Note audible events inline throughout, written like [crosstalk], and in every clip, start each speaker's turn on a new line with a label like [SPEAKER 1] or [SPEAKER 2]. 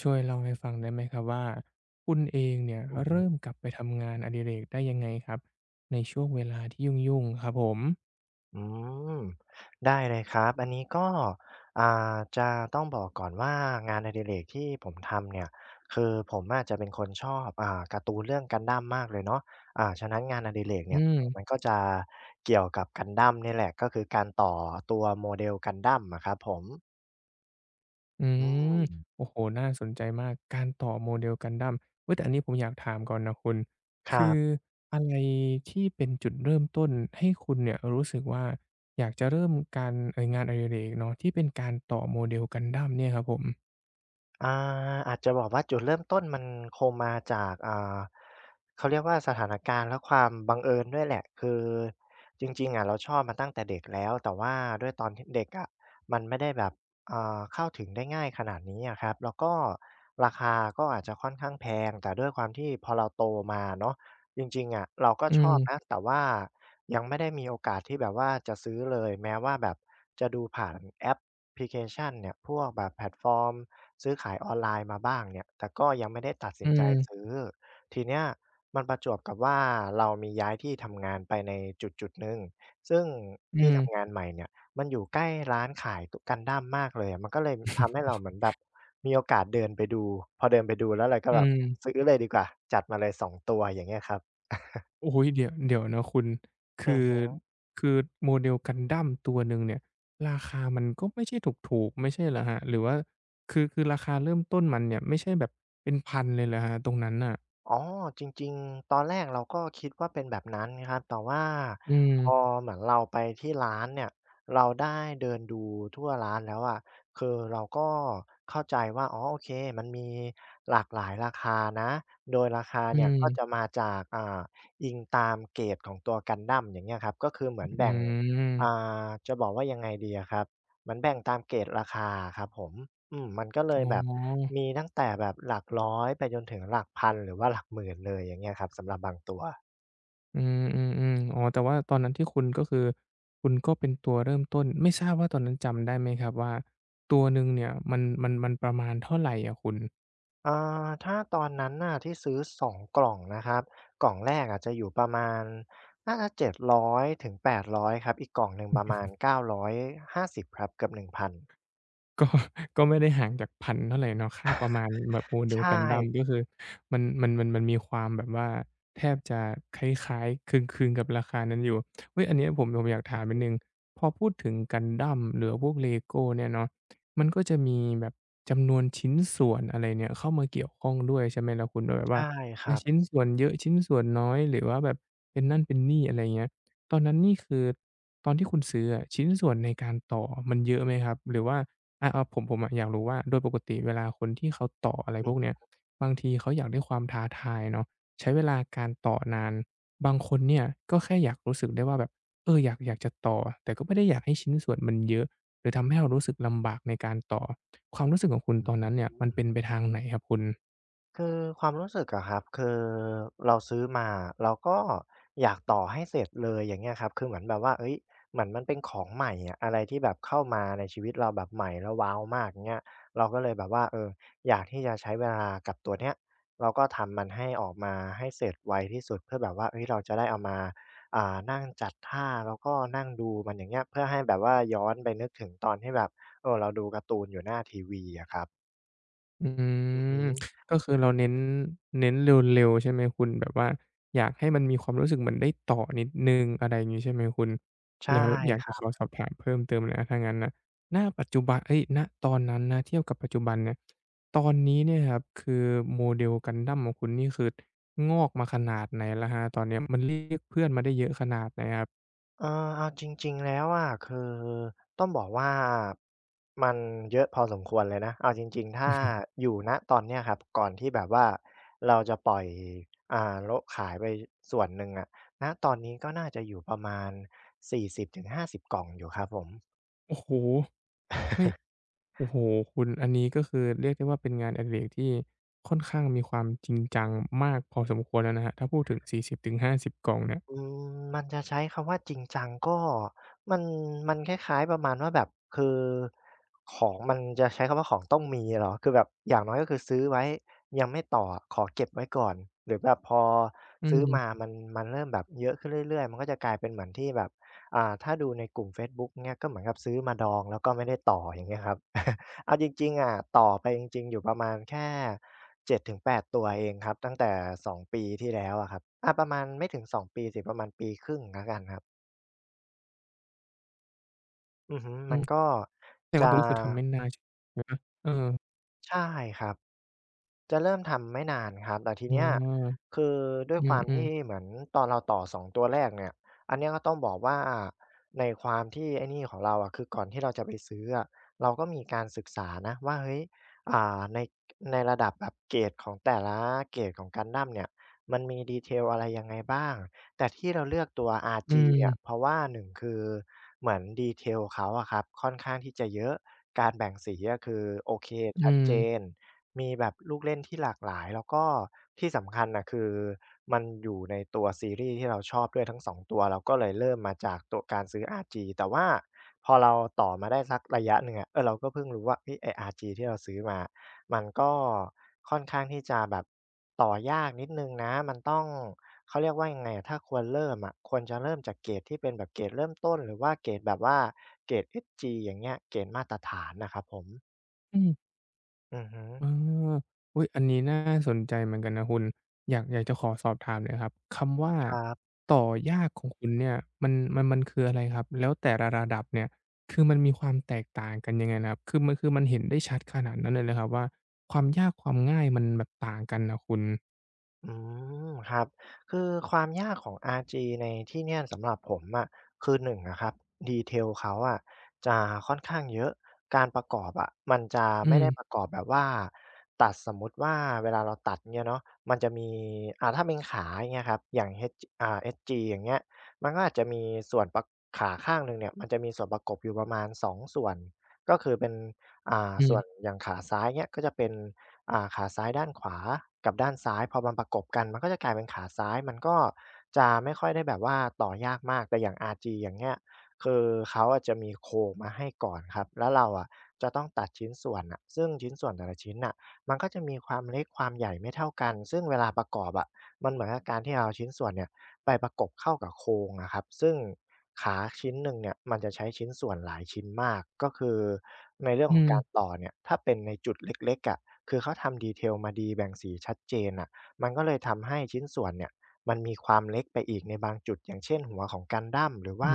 [SPEAKER 1] ช่วยเล่าให้ฟังได้ไหมครับว่าคุณเองเนี่ย
[SPEAKER 2] อือ
[SPEAKER 1] เริ่
[SPEAKER 2] ฮึ
[SPEAKER 1] มกลับไปทำงานอดิเรกได้ยังไงครับในช่วงเวลาที่ยุ่งๆครับผม
[SPEAKER 2] อืมได้เลยครับอันนี้ก็จะต้องบอกก่อนว่างานอดิเรกที่ผมทำเนี่ยคือผมอะจะเป็นคนชอบการ์ตูนเรื่อง Gundam มากเลยเนาะฉะนั้นงานอดิเรก
[SPEAKER 1] อื
[SPEAKER 2] เนี่ย
[SPEAKER 1] ม
[SPEAKER 2] มันก็จะเกี่ยวกับ Gundam เนี่ยแหละก็คือการต่อตัว model Gundam อะครับผม
[SPEAKER 1] อื
[SPEAKER 2] อื
[SPEAKER 1] ม
[SPEAKER 2] ม
[SPEAKER 1] โอ้โฮน่าสนใจมากการต่อ Model Gundam เฮ้ยแต่อันนี้ผมอยากถามก่อนนะคุณ
[SPEAKER 2] ครั
[SPEAKER 1] คือ
[SPEAKER 2] บ
[SPEAKER 1] อะไรที่เป็นจุดเริ่มต้นให้คุณเนี่ยรู้สึกว่าอยากจะเริ่มการงานอดิเรกเนาะที่เป็นการต่อ Model Gundam เนี่ยครับผม
[SPEAKER 2] อาอาจจะบอกว่าจุดเริ่มต้นมันคงมาจากเขาเรียกว่าสถานการณ์และความบังเอิญด้วยแหละคือจริงๆอะเราชอบมาตั้งแต่เด็กแล้วแต่ว่าด้วยตอนที่เด็กอะมันไม่ได้แบบเข้าถึงได้ง่ายขนาดนี้อะครับแล้วก็ราคาก็อาจจะค่อนข้างแพงแต่ด้วยความที่พอเราโตมาเนาะจริงๆอะเราก็
[SPEAKER 1] อื
[SPEAKER 2] ชอบนะ
[SPEAKER 1] ม
[SPEAKER 2] แต่ว่ายังไม่ได้มีโอกาสที่แบบว่าจะซื้อเลยแม้ว่าแบบจะดูผ่านแอปพลิเคชันเนี่ยพวกแบบแพลตฟอร์ม ซื้อขายออนไลน์มาบ้างเนี่ยแต่ก็ยังไม่ได้ตัดสิ
[SPEAKER 1] อื
[SPEAKER 2] นใจ
[SPEAKER 1] ม
[SPEAKER 2] ซื้อ ทีเนี้ยมันประจวบกับว่าเรามีย้ายที่ทำงานไปในจุดๆหนึ่งซึ่ง
[SPEAKER 1] อื
[SPEAKER 2] ที่ทำงา
[SPEAKER 1] ม
[SPEAKER 2] นใหม่เนี่ยมันอยู่ใกล้ร้านขายตุ Gundam มากเลยอะมันก็เลยทำให้เราเหมือนแบบมีโอกาสเดินไปดู พอเดินไปดูแล้วเราก็
[SPEAKER 1] อื
[SPEAKER 2] แบบ
[SPEAKER 1] ม
[SPEAKER 2] ซื้อเลยดีกว่า จัดมาเลย2ตัวอย่างเงี้ยครับ
[SPEAKER 1] โอ้ยเดี๋ยวเดี๋ยวนะคุณ
[SPEAKER 2] อื
[SPEAKER 1] คือ
[SPEAKER 2] ม
[SPEAKER 1] คือโม o เดล Gundam ตัวหนึ่งเนี่ยราคามันก็ไม่ใช่ถูกๆไม่ใช่เหรอครับหรือว่าคือคือราคาเริ่มต้นมันเนี่ยไม่ใช่แบบเป็นพันเลยเหรอครับตรงนั้นน่ะ
[SPEAKER 2] อ๋อจริงๆตอนแรกเราก็คิดว่าเป็นแบบนั้นครับแต่ว่า
[SPEAKER 1] อื
[SPEAKER 2] พอ
[SPEAKER 1] ม
[SPEAKER 2] เหมือนเราไปที่ร้านเนี่ยเราได้เดินดูทั่วร้านแล้วอะคือเราก็เข้าใจว่าอ๋อโอเคมันมีหลากหลายราคานะโดยราคา
[SPEAKER 1] อื
[SPEAKER 2] เนี่ยก็
[SPEAKER 1] ม
[SPEAKER 2] จะมาจากอิงตามเกรดของตัว Gundam อย่างเงี้ยครับก็คือเหมือน
[SPEAKER 1] อื
[SPEAKER 2] แบ่งอ่
[SPEAKER 1] ม
[SPEAKER 2] าจะบอกว่ายังไงดีอะครับเหมือนแบ่งตามเกรดราคาอะครับผม อืมมันก็เล
[SPEAKER 1] อ๋
[SPEAKER 2] ยแบบ
[SPEAKER 1] อ
[SPEAKER 2] มีตั้งแต่แบบหลักร้อยไปจนถึงหลักพันหรือว่าหลักหมื่นเลยอย่างเงี้ยครับสำหรับบางตัว
[SPEAKER 1] อืมๆๆอ๋อแต่ว่าตอนนั้นที่คุณก็คือคุณก็เป็นตัวเริ่มต้นไม่ทราบว่าตอนนั้นจำได้ไหมครับว่าตัวหนึ่งเนี่ยมันมันมันประมาณเท่าไรอะคุณ
[SPEAKER 2] ถ้าตอนนั้นน่ะที่ซื้อสองกล่องนะครับกล่องแรกอะจะอยู่ประมาณน่าจะ700-800ครับอีกกล่องหนึ่งประมาณ950ครับเกือบ1,000
[SPEAKER 1] ก็ [laughs] ก็ไม่ได้ห่างจากพันเท่าไรเนาะค่าประมาณแบบโมเด
[SPEAKER 2] ใช
[SPEAKER 1] ล Gundam
[SPEAKER 2] ่
[SPEAKER 1] ก็คือมันมันมันมันมีความแบบว่าแทบจะคล้ายๆคลึงๆกับราคานั้นอยู่เฮ้ยอันเนี้ยผมผมอยากถาม
[SPEAKER 2] อื
[SPEAKER 1] นิ
[SPEAKER 2] อ
[SPEAKER 1] ดหนึ่งพอพูดถึง Gundam หรือพวก LEGO เนี่ยเนาะมันก็จะมีแบบจำนวนชิ้นส่วนอะไรเนี่ยเข้ามาเกี่ยวข้องด้วยใช่ไหมล่ะคุณแบบ
[SPEAKER 2] ใช่
[SPEAKER 1] ว่า
[SPEAKER 2] ค
[SPEAKER 1] อา
[SPEAKER 2] รับ
[SPEAKER 1] ชิ้นส่วนเยอะชิ้นส่วนน้อยหรือว่าแบบเป็นนั่นเป็นนี่อะไรเงี้ย ตอนนั้นนี่คือตอนที่คุณซื้ออะชิ้นส่วนในการต่อมันเยอะไหมครับหรือว่าอาเอาผมผมอะอยากรู้ว่าโดยปกติเวลาคนที่เขาต่ออะไรพวกเนี้ยบางทีเขาอยากได้ความท้าทายเนาะใช้เวลาการต่อนานบางคนเนี่ยก็แค่อยากรู้สึกได้ว่าแบบเอออยากอยากจะต่อแต่ก็ไม่ได้อยากให้ชิ้นส่วนมันเยอะหรือทำให้เรารู้สึกลำบากในการต่อความรู้สึกของคุณตอนนั้นเนี่ยมันเป็นไปทางไหนครับคุณ
[SPEAKER 2] คือความรู้สึกอะครับคือเราซื้อมาเราก็อยากต่อให้เสร็จเลยอย่างเงี้ยครับคือเหมือนแบบว่าเอ้ยเหมือนมันเป็นของใหม่อะอะไรที่แบบเข้ามาในชีวิตเราแบบใหม่แล้วว้าวมากอย่างเงี้ยเราก็เลยแบบว่าเอออยากที่จะใช้เวลากับตัวเนี้ยเราก็ทำมันให้ออกมาให้เสร็จไวที่สุดเพื่อแบบว่าเฮ้ยเราจะได้เอามานั่งจัดท่าแล้วก็นั่งดูมันอย่างเงี้ยเพื่อให้แบบว่าย้อนไปนึกถึงตอนที่แบบเออเราดูการ์ตูนอยู่หน้าทีวีอะครับ
[SPEAKER 1] อื
[SPEAKER 2] อือฮึ
[SPEAKER 1] มก็คือเราเน้นเน้นเร็วๆใช่ไหมคุณแบบว่าอยากให้มันมีความรู้สึกเหมือนได้ต่อนิดหนึ่งอะไรอย่างงี้ใช่ไหมคุณ
[SPEAKER 2] ใช
[SPEAKER 1] แล้วอยากจะข
[SPEAKER 2] ่
[SPEAKER 1] อสอบถามเพิ่มเติมหน่อยนะถ้างั้นน่ะณปัจจุบันเอ๊ยณตอนนั้นนะเทียบกับปัจจุบันเนี่ยตอนนี้เนี่ยครับคือ Model Gundam ของคุณนี่คืองอกมาขนาดไหนแล้วครับตอนเนี้ยมันเรียกเพื่อนมาได้เยอะขนาดไหนครับ
[SPEAKER 2] เออเอาจริงๆแล้วอะคือต้องบอกว่ามันเยอะพอสมควรเลยนะเอาจริงๆถ้าอยู่ณตอนเนี้ยครับก่อนที่แบบว่าเราจะปล่อยโละขายไปส่วนหนึ่งอะณตอนนี้ก็น่าจะอยู่ประมาณ40-50กล่องอยู่ครับผม
[SPEAKER 1] โอ้โฮไม่ โอ้โฮคุณอันนี้ก็คือเรียกได้ว่าเป็นงานอดิเรกที่ค่อนข้างมีความจริงจังมากพอสมควรแล้วนะครับถ้าพูดถึง40-50กล่องเนี่ย
[SPEAKER 2] อืมมันจะใช้คำว่าจริงจังก็มันมันคล้ายๆประมาณว่าแบบคือของมันจะใช้คำว่าของต้องมีเหรอคือแบบอย่างน้อยก็คือซื้อไว้ยังไม่ต่ออะขอเก็บไว้ก่อนหรือแบบพอ
[SPEAKER 1] อื
[SPEAKER 2] ซื้อมา
[SPEAKER 1] ม
[SPEAKER 2] มันเริ่มแบบเยอะขึ้นเรื่อยๆมันก็จะกลายเป็นเหมือนที่แบบถ้าดูในกลุ่มเฟซบุ๊กเงี้ยก็เหมือนกับซื้อมาดองแล้วก็ไม่ได้ต่ออย่างเงี้ยครับ [laughs] เอาจริงๆอะต่อไปจริงๆอยู่ประมาณแค่7-8ตัวเองครับตั้งแต่2ปีที่แล้วอะครับอาประมาณไม่ถึง2ปีสิประมาณปีครึ่งแล้วกันครับอือฮึมันก็
[SPEAKER 1] แสดงว่า
[SPEAKER 2] จะ
[SPEAKER 1] ตรงนี้คือทำไม่นานใช่ไหมเออ
[SPEAKER 2] ใช่ครับ จะเริ่มทำไม่นานครับแต่ที
[SPEAKER 1] อ๋อ
[SPEAKER 2] เนี้ยคือด้วย
[SPEAKER 1] อ
[SPEAKER 2] ความ
[SPEAKER 1] ืม
[SPEAKER 2] ที่เห
[SPEAKER 1] ๆ
[SPEAKER 2] มือนตอนเราต่อสองตัวแรกเนี่ยอันเนี้ยก็ต้องบอกว่าในความที่ไอ้นี่ของเราอะคือก่อนที่เราจะไปซื้ออะเราก็มีการศึกษานะว่าเฮ้ยในระดับแบบเกรดของแต่ละเกรดของ Gundam เนี่ยมันมี detail อะไรยังไงบ้างแต่ที่เราเลือกตัว
[SPEAKER 1] อื
[SPEAKER 2] RG
[SPEAKER 1] ม
[SPEAKER 2] เนี่ยเพ
[SPEAKER 1] ๆ
[SPEAKER 2] ราะว่าหนึ่งคือเหมือน detail เขาอะครับค่อนข้างที่จะเยอะการแบ่งสีอะคือโอเค
[SPEAKER 1] อื
[SPEAKER 2] ชัดเจน
[SPEAKER 1] ม
[SPEAKER 2] มีแบบลูกเล่นที่หลากหลายแล้วก็ที่สำคัญน่ะคือมันอยู่ในตัวซีรีส์ที่เราชอบด้วยทั้ง2ตัวเราก็เลยเริ่มมาจากตัวการซื้อ RG แต่ว่าพอเราต่อมาได้สักระยะหนึ่งอะเราก็เพิ่งรู้ว่าเฮ้ยไอ้ RG ที่เราซื้อมามันก็ค่อนข้างที่จะแบบต่อยากนิดหนึ่งนะมันต้องเขาเรียกว่ายังไงอะถ้าควรเริ่มอะควรจะเริ่มจากเกรดที่เป็นแบบเกรดเริ่มต้นหรือว่าเกรดแบบว่าเกรด SG อย่างเงี้ยเกรดมาตรฐานน่ะครับผม
[SPEAKER 1] อืม
[SPEAKER 2] อือฮึ
[SPEAKER 1] เอออุ๊ยอันนี้น่าสนใจเหมือนกันนะคุณ อยากอยากจะขอสอบถามหน่อยครับ คำว่า
[SPEAKER 2] ครับ
[SPEAKER 1] ต่อยากของคุณเนี่ยมันมันมันคืออะไรครับ แล้วแต่ละระดับเนี่ยคือมันมีความแตกต่างกันยังไงนะครับคือมันคือมันเห็นได้ชัดขนาดนั้นเลยเหรอครับว่าความยากความง่ายมันแบบต่างกันน่ะคุณ
[SPEAKER 2] อืครับคือความยากของ RG ในที่เนี่ยสำหรับผมอะคือหนึ่งนะครับดีเทลเขาอะจะค่อนข้างเยอะการประกอบอะมันจะ
[SPEAKER 1] อื
[SPEAKER 2] ไม่ได้ประ
[SPEAKER 1] ม
[SPEAKER 2] กอบแบบว่าตัดสมมุติว่าเวลาเราตัดเนี่ยเนาะมันจะมีถ้าเป็นขาอย่างเงี้ยครับอย่าง H เอสจ g อย่างเงี้ยมันก็อาจจะมีส่วนประขาข้างหนึ่งเนี่ยมันจะมีส่วนประกอบอยู่ประมาณสองส่วนก็คือเป็น
[SPEAKER 1] อื
[SPEAKER 2] ส่
[SPEAKER 1] อ
[SPEAKER 2] วนอย่างขาซ้ายเนี่ยก็จะเป็น ขาซ้ายด้านขวากับด้านซ้ายพอมันประกบกันมันก็จะกลายเป็นขาซ้ายมันก็จะไม่ค่อยได้แบบว่าต่อยากมากแต่อย่าง RG อย่างเงี้ยคือเขาอะจะมีโครงมาให้ก่อนครับแล้วเราอะจะต้องตัดชิ้นส่วนน่ะซึ่งชิ้นส่วนแต่ละชิ้นน่ะมันก็จะมีความเล็กความใหญ่ไม่เท่ากันซึ่งเวลาประกอบอะมันเหมือนกับการที่เราเอาชิ้นส่วนเนี่ย ไปประกบเข้ากับโครงอะครับซึ่งขาชิ้นหนึ่งเนี่ยมันจะใช้ชิ้นส่วนหลายชิ้นมากก็คือในเรื่องข
[SPEAKER 1] อื
[SPEAKER 2] อง
[SPEAKER 1] ม
[SPEAKER 2] การต่อเนี่ยถ้าเป็นในจุดเล็กๆอะคือเขาทำดีเทลมาดีแบ่งสีชัดเจนน่ะมันก็เลยทำให้ชิ้นส่วนเนี่ยมันมีความเล็กไปอีกในบางจุดอย่างเช่นหัวของกันดั้มหรือ
[SPEAKER 1] อื
[SPEAKER 2] ว่า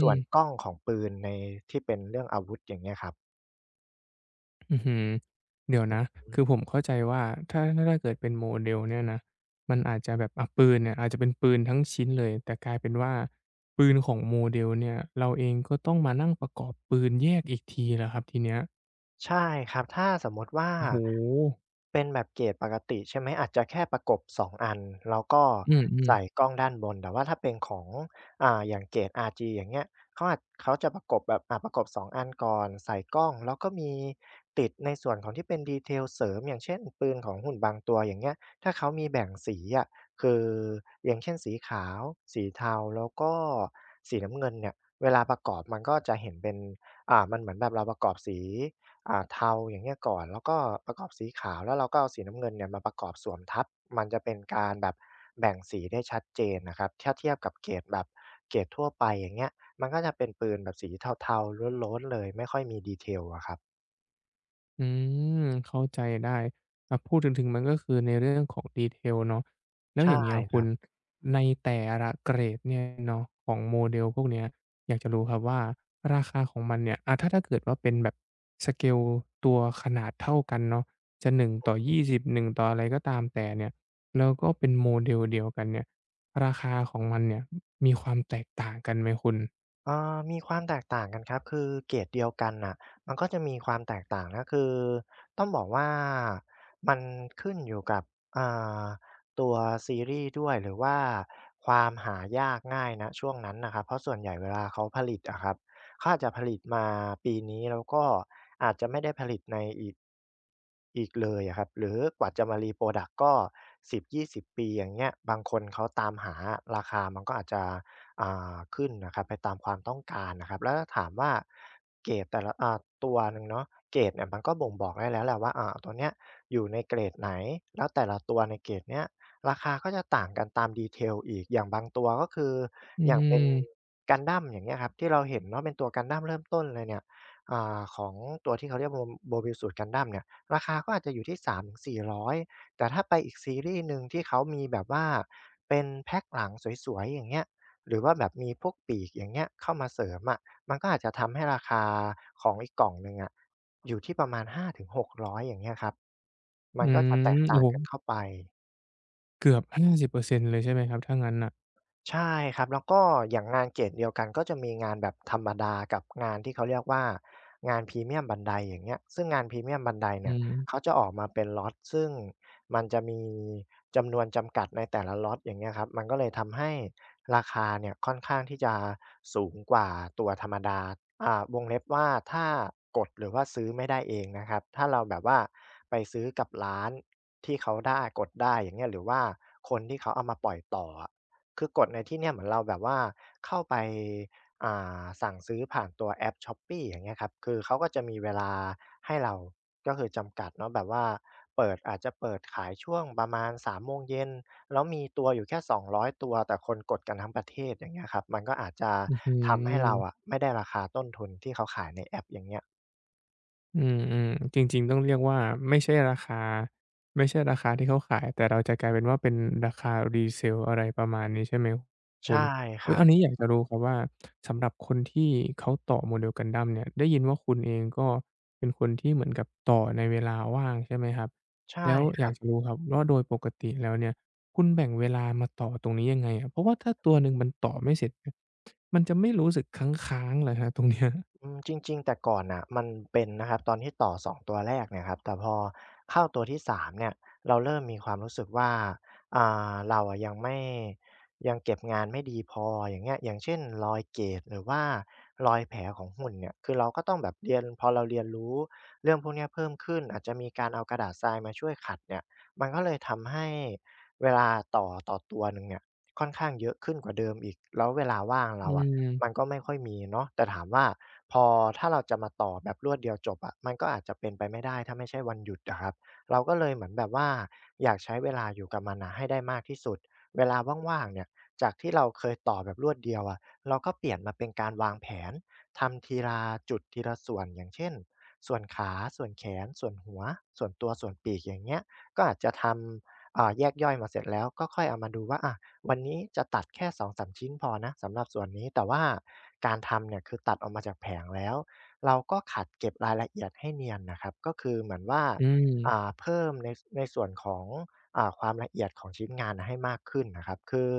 [SPEAKER 2] ส่วนกล้องของปืนในที่เป็นเรื่องอาวุธอย่างเงี้ยครับ
[SPEAKER 1] อือหือเดี๋ยวนะ
[SPEAKER 2] อือฮึ
[SPEAKER 1] คือผมเข้าใจว่าถ้าถ้าเกิดเป็นโมเดลเนี่ยนะ มันอาจจะแบบอะปืนเนี่ยอาจจะเป็นปืนทั้งชิ้นเลยแต่กลายเป็นว่าปืนของโมเดลเนี่ยเราเองก็ต้องมานั่งประกอบปืนแยกอีกทีแล้วครับทีเนี้ย
[SPEAKER 2] ใช่ครับถ้าสมมติว่า
[SPEAKER 1] โอ้โห
[SPEAKER 2] เป็นแบบเกรดปกติใช่ไหมอาจจะแค่ประกบสองอันแล้วก็
[SPEAKER 1] อืมอืม
[SPEAKER 2] ใส่กล้องด้านบนแต่ว่าถ้าเป็นของอย่างเกรด RG อย่างเงี้ยเขาอาจเขาจะประกบแบบประกบ2องอันก่อนใส่กล้องแล้วก็มีติดในส่วนของที่เป็น detail เสริมอย่างเช่นปืนของหุ่นบางตัวอย่างเงี้ยถ้าเขามีแบ่งสีอะคืออย่างเช่นสีขาวสีเทาแล้วก็สีน้ำเงินเนี่ยเวลาประกอบมันก็จะเห็นเป็นมันเหมือนแบบเราประกอบสี เทาอย่างเงี้ยก่อนแล้วก็ประกอบสีขาวแล้วเราก็เอาสีน้ำเงินเนี่ยมาประกอบสวมทับมันจะเป็นการแบบแบ่งสีได้ชัดเจนนะครับถ้าเทียบกับเกรดแบบเกรดทั่วไปอย่างเงี้ยมันก็จะเป็นปืนแบบสีเทาๆล้วนๆเลยไม่ค่อยมีดีเทลอะครับ
[SPEAKER 1] อืมเข้าใจได้อ่าพูดถึงถึงมันก็คือในเรื่องของ detail เนาะแล้วอ
[SPEAKER 2] ใช่
[SPEAKER 1] ย่างเงี้ย
[SPEAKER 2] ค
[SPEAKER 1] คุ
[SPEAKER 2] รั
[SPEAKER 1] ณ
[SPEAKER 2] บ
[SPEAKER 1] ในแต่ละเกรดเนี่ยเนาะของโมเดลพวกเนี้ยอยากจะรู้ครับว่าราคาของมันเนี่ยอ่าถ้าถ้าเกิดว่าเป็นแบบสเกลตัวขนาดเท่ากันเนาะจะหน2 0 1ต่อยี่สิบหนึ่งต่ออะไรก็ตามแต่เนี่ยแล้วก็เป็นโมเดลเดียวกันเนี่ยราคาของมันเนี่ยมีความแตกต่างกันไหมคุณ
[SPEAKER 2] อ่อมีความแตกต่างกันครับคือเกรดเดียวกันน่ะมันก็จะมีความแตกต่างนะคือต้องบอกว่ามันขึ้นอยู่กับอ่าตัวซีรีส์ด้วยหรือว่าความหายากง่ายนะช่วงนั้นนะครับเพราะส่วนใหญ่เวลาเขาผลิตอะครับเขาอาจจะผลิตมาปีนี้แล้วก็อาจจะไม่ได้ผลิตในอีกเลยอะครับหรือกว่าจะมา r ีโปร d ักก็สิบยี่สิบปีอย่างเงี้ยบางคนเขาตามหาราคามันก็อาจจะ อ่ขึ้นนะครับไปตามความต้องการนะครับแล้วถามว่าเกรดแต่ละตัวหนึ่งเนาะเกรดเนี่ยมันก็บ่งบอกได้แล้วแหละว่าตัวเนี้ยอยู่ในเกรดไหนแล้วแต่ละตัวในเกรดเนี้ยราคาก็จะต่างกันตามดีเทลอีกอย่างบางตัวก็คือ
[SPEAKER 1] อื
[SPEAKER 2] อย่างเป็น
[SPEAKER 1] ม
[SPEAKER 2] กั u n d ้ m อย่างเงี้ยครับที่เราเห็นเนาะเป็นตัวกันดั้มเริ่มต้นเลยเนี่ยของตัวที่เขาเรียกโบ o m o ูตร s Gundam เนี่ยราคาก็อาจจะอยู่ที่สามถึงสี0 0้อยแต่ถ้าไปอีกซีรีส์หนึ่งที่เขามีแบบว่าเป็นแพ็คหลังสวยๆอย่างเงี้ย หรือว่าแบบมีพวกปีกอย่างเงี้ยเข้ามาเสริมอะมันก็อาจจะทำให้ราคาของอีกกล่องหนึ่งอะอยู่ที่ประมาณ5กร6 0 0อย่างเงี้ยครับมั
[SPEAKER 1] อื
[SPEAKER 2] นก็จะแต
[SPEAKER 1] ม
[SPEAKER 2] กต่า
[SPEAKER 1] โอ้
[SPEAKER 2] ง
[SPEAKER 1] โฮ
[SPEAKER 2] กันเข้าไป
[SPEAKER 1] เกือบ50%เปอร์เซ็นต์เลยใช่ไหมครับถ้างั้นน่ะ
[SPEAKER 2] ใช่ครับแล้วก็อย่างงานเกรดเดียวกันก็จะมีงานแบบธรรมดากับงานที่เขาเรียกว่างานพรีเมียมบันไดอย่างเงี้ยซึ่งงานพรีเมียมบันได
[SPEAKER 1] อื
[SPEAKER 2] เนี่ย
[SPEAKER 1] ม
[SPEAKER 2] เขาจะออกมาเป็นล็อตซึ่งมันจะมีจำนวนจำกัดในแต่ละล็อตอย่างเงี้ยครับมันก็เลยทำให้ราคาเนี่ยค่อนข้างที่จะสูงกว่าตัวธรรมดาอ่าวงเล็บว่าถ้ากดหรือว่าซื้อไม่ได้เองนะครับถ้าเราแบบว่าไปซื้อกับร้านที่เขาได้กดได้อย่างเงี้ยหรือว่าคนที่เขาเอามาปล่อยต่ออะ คือกดในที่เนี่ยเหมือนเราแบบว่าเข้าไปอ่สั่งซื้อผ่านตัวแอปช้อปปี้อย่างเงี้ยครับคือเขาก็จะมีเวลาให้เราก็คือจำกัดเนาะแบบว่าเปิดอาจจะเปิดขายช่วงประมาณ3โมงเย็นแล้วมีตัวอยู่แค่200ตัวแต่คนกดกันทั้งประเทศอย่างเงี้ยครับมันก็อาจจะ
[SPEAKER 1] อื้อฮือ
[SPEAKER 2] ทำให้เราอะไม่ได้ราคาต้นทุนที่เขาขายในแอปอย่างเงี้ย
[SPEAKER 1] อืมๆจริงๆต้องเรียกว่าไม่ใช่ราคาไม่ใช่ราคาที่เขาขายแต่เราจะกลายเป็นว่าเป็นราคา resale อะไรประมาณนี้ใช่ไหมคุณ
[SPEAKER 2] ใช่ค
[SPEAKER 1] อุ๊ย
[SPEAKER 2] รับ
[SPEAKER 1] อันนี้อยากจะรู้ครับว่าสำหรับคนที่เขาต่อ Model Gundam เนี่ยได้ยินว่าคุณเองก็เป็นคนที่เหมือนกับต่อในเวลาว่างใช่ไหมครับ
[SPEAKER 2] ใช่
[SPEAKER 1] แล้ว
[SPEAKER 2] ค
[SPEAKER 1] อ
[SPEAKER 2] รั
[SPEAKER 1] ยาก
[SPEAKER 2] บ
[SPEAKER 1] จะรู้ครับว่าโดยปกติแล้วเนี่ยคุณแบ่งเวลามาต่อตรงนี้ยังไงอะเพราะว่าถ้าตัวหนึ่งมันต่อไม่เสร็จเนี่ยมันจะไม่รู้สึกค้างๆเหรอครับตรงเนี้ย
[SPEAKER 2] อืมจริงๆแต่ก่อนน่ะมันเป็นนะครับตอนที่ต่อ2ตัวแรกเนี่ยครับแต่พอเข้าตัวที่3เนี่ยเราเริ่มมีความรู้สึกว่าอ่เราอะยังไม่ยังเก็บงานไม่ดีพออย่างเงี้ยอย่างเช่นรอยเกรดหรือว่ารอยแผลของหุ่นเนี่ยคือเราก็ต้องแบบเรียนพอเราเรียนรู้เรื่องพวกเนี้ยเพิ่มขึ้นอาจจะมีการเอากระดาษทรายมาช่วยขัดเนี่ยมันก็เลยทำให้เวลาต่อตัวหนึ่งเนี่ยค่อนข้างเยอะขึ้นกว่าเดิมอีกแล้วเวลาว่าง
[SPEAKER 1] อื
[SPEAKER 2] เราอะมัน
[SPEAKER 1] ม
[SPEAKER 2] ก็ไม่ค่อยมีเนาะแต่ถามว่า พอถ้าเราจะมาต่อแบบรวดเดียวจบอะมันก็อาจจะเป็นไปไม่ได้ถ้าไม่ใช่วันหยุดอะครับเราก็เลยเหมือนแบบว่าอยากใช้เวลาอยู่กับมันน่ะให้ได้มากที่สุดเวลาว่างๆเนี่ยจากที่เราเคยต่อแบบรวดเดียวอะเราก็เปลี่ยนมาเป็นการวางแผนทำทีละจุดทีละส่วนอย่างเช่นส่วนขาส่วนแขนส่วนหัวส่วนตัวส่วนปีกอย่างเงี้ยก็อาจจะทำแยกย่อยมาเสร็จแล้วก็ค่อยเอามาดูว่าอา วันนี้จะตัดแค่สองสามชิ้นพอนะสำหรับส่วนนี้แต่ว่าการทำเนี่ยคือตัดออกมาจากแผงแล้วเราก็ขัดเก็บรายละเอียดให้เนียนนะครับก็คือเหมือนว่า
[SPEAKER 1] อืม
[SPEAKER 2] เพิ่มในส่วนของความละเอียดของชิ้นงานให้มากขึ้นนะครับคือ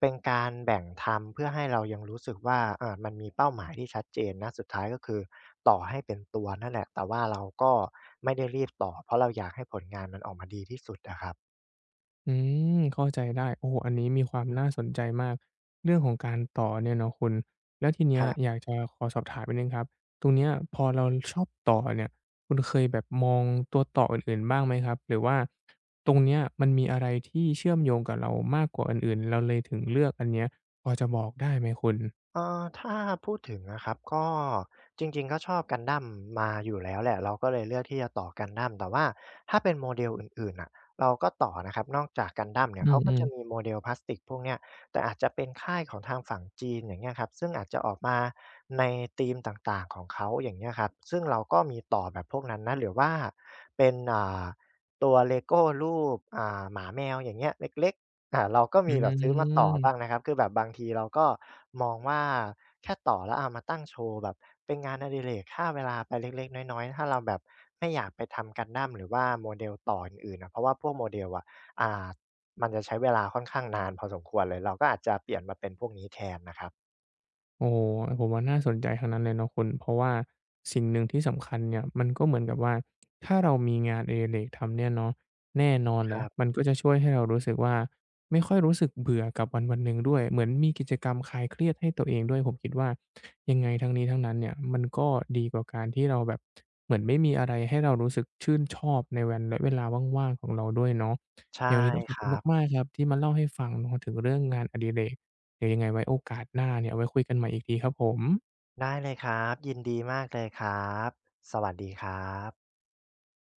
[SPEAKER 2] เป็นการแบ่งทำเพื่อให้เรายังรู้สึกว่ามันมีเป้าหมายที่ชัดเจนนะสุดท้ายก็คือต่อให้เป็นตัวนั่นแหละแต่ว่าเราก็ไม่ได้รีบต่อเพราะเราอยากให้ผลงานมันออกมาดีที่สุดอะครับ
[SPEAKER 1] อืมเข้าใจได้โอ้โฮอันนี้มีความ
[SPEAKER 2] อื
[SPEAKER 1] น่า
[SPEAKER 2] อ
[SPEAKER 1] สนใจมาก เรื่องของการต่อเนี่ยเนาะคุณแล้วทีเนี้
[SPEAKER 2] ค
[SPEAKER 1] ย
[SPEAKER 2] รั
[SPEAKER 1] อ
[SPEAKER 2] บ
[SPEAKER 1] ยากจะขอสอบถามนิดหนึ่งครับตรงเนี้ยพอเราชอบต่อเนี่ยคุณเคยแบบมองตัวต่ออื่นๆบ้างไหมครับหรือว่าตรงเนี้ยมันมีอะไรที่เชื่อมโยงกับเรามากกว่าอันอื่นเราเลยถึงเลือกอันเนี้ยพอจะบอกได้ไหมคุณ
[SPEAKER 2] ถ้าพูดถึงนะครับก็จริงๆก็ชอบ Gundam มาอยู่แล้วแหละเราก็เลยเลือกที่จะต่อ Gundam แต่ว่าถ้าเป็น model อื่นๆน่ะเราก็ต่อนะครับนอกจาก Gundam เนี่ย
[SPEAKER 1] อื
[SPEAKER 2] เขาก็
[SPEAKER 1] ม
[SPEAKER 2] จะมี
[SPEAKER 1] ๆ
[SPEAKER 2] model พลาสติกพวกเนี้ยแต่อาจจะเป็นค่ายของทางฝั่งจีนอย่างเงี้ยครับซึ่งอาจจะออกมาในธีมต่างๆของเขาอย่างเงี้ยครับซึ่งเราก็มีต่อแบบพวกนั้นนะหรือว่าเป็นตัวเลโก้รูปหมาแมวอย่างเงี้ยเล็กๆ เราก็
[SPEAKER 1] อื
[SPEAKER 2] มีแบบซื้อมาต่อบ้าง
[SPEAKER 1] ม
[SPEAKER 2] นะครับคือแบบบางทีเราก็มองว่าแค่ต่อแล้วเอามาตั้งโชว์แบบเป็นงานอดิเรกค่าเวลาไปเล็กๆน้อยๆถ้าเราแบบไม่อยากไปทำกันดั้มหรือว่าโมเ e ลต่ออื่นๆอะเพราะว่าพวกโ o เดลอะอ่ามันจะใช้เวลาค่อนข้างนานพอสมควรเลยเราก็อาจจะเปลี่ยนมาเป็นพวกนี้แทนนะครับ
[SPEAKER 1] โอ้โฮผมว่าน่าสนใจทั้งนั้นเลยเนาะคุณเพราะว่าสิ่งหนึ่งที่สำคัญเนี่ยมันก็เหมือนกับว่าถ้าเรามีงานอดิเรกทำเนี่ยเนาะแน่นอน
[SPEAKER 2] ค
[SPEAKER 1] แหละ
[SPEAKER 2] รั
[SPEAKER 1] มัน
[SPEAKER 2] บ
[SPEAKER 1] ก็จะช่วยให้เรารู้สึกว่าไม่ค่อยรู้สึกเบื่อกับวันวันหนึ่งด้วยเหมือนมีกิจกรรมคลายเครียดให้ตัวเองด้วยผมคิดว่ายังไงทั้งนี้ทั้งนั้นเนี่ยมันก็ดีกว่าการที่เราแบบเหมือนไม่มีอะไรให้เรารู้สึกชื่นชอบในวันและเวลาว่างๆของเราด้วยเนาะ
[SPEAKER 2] ใช่
[SPEAKER 1] ยังไงวันนี้ต้องขอ
[SPEAKER 2] ค
[SPEAKER 1] บคุณ
[SPEAKER 2] รับ
[SPEAKER 1] มากๆครับที่มาเล่าให้ฟังเนาะถึงเรื่องงานอดิเรก เดี๋ยวยังไงไว้โอกาสหน้าเนี่ยเอาไว้คุยกันใหม่อีกทีครับผม
[SPEAKER 2] ได้เลยครับยินดีมากเลยครับสวัสดีครับ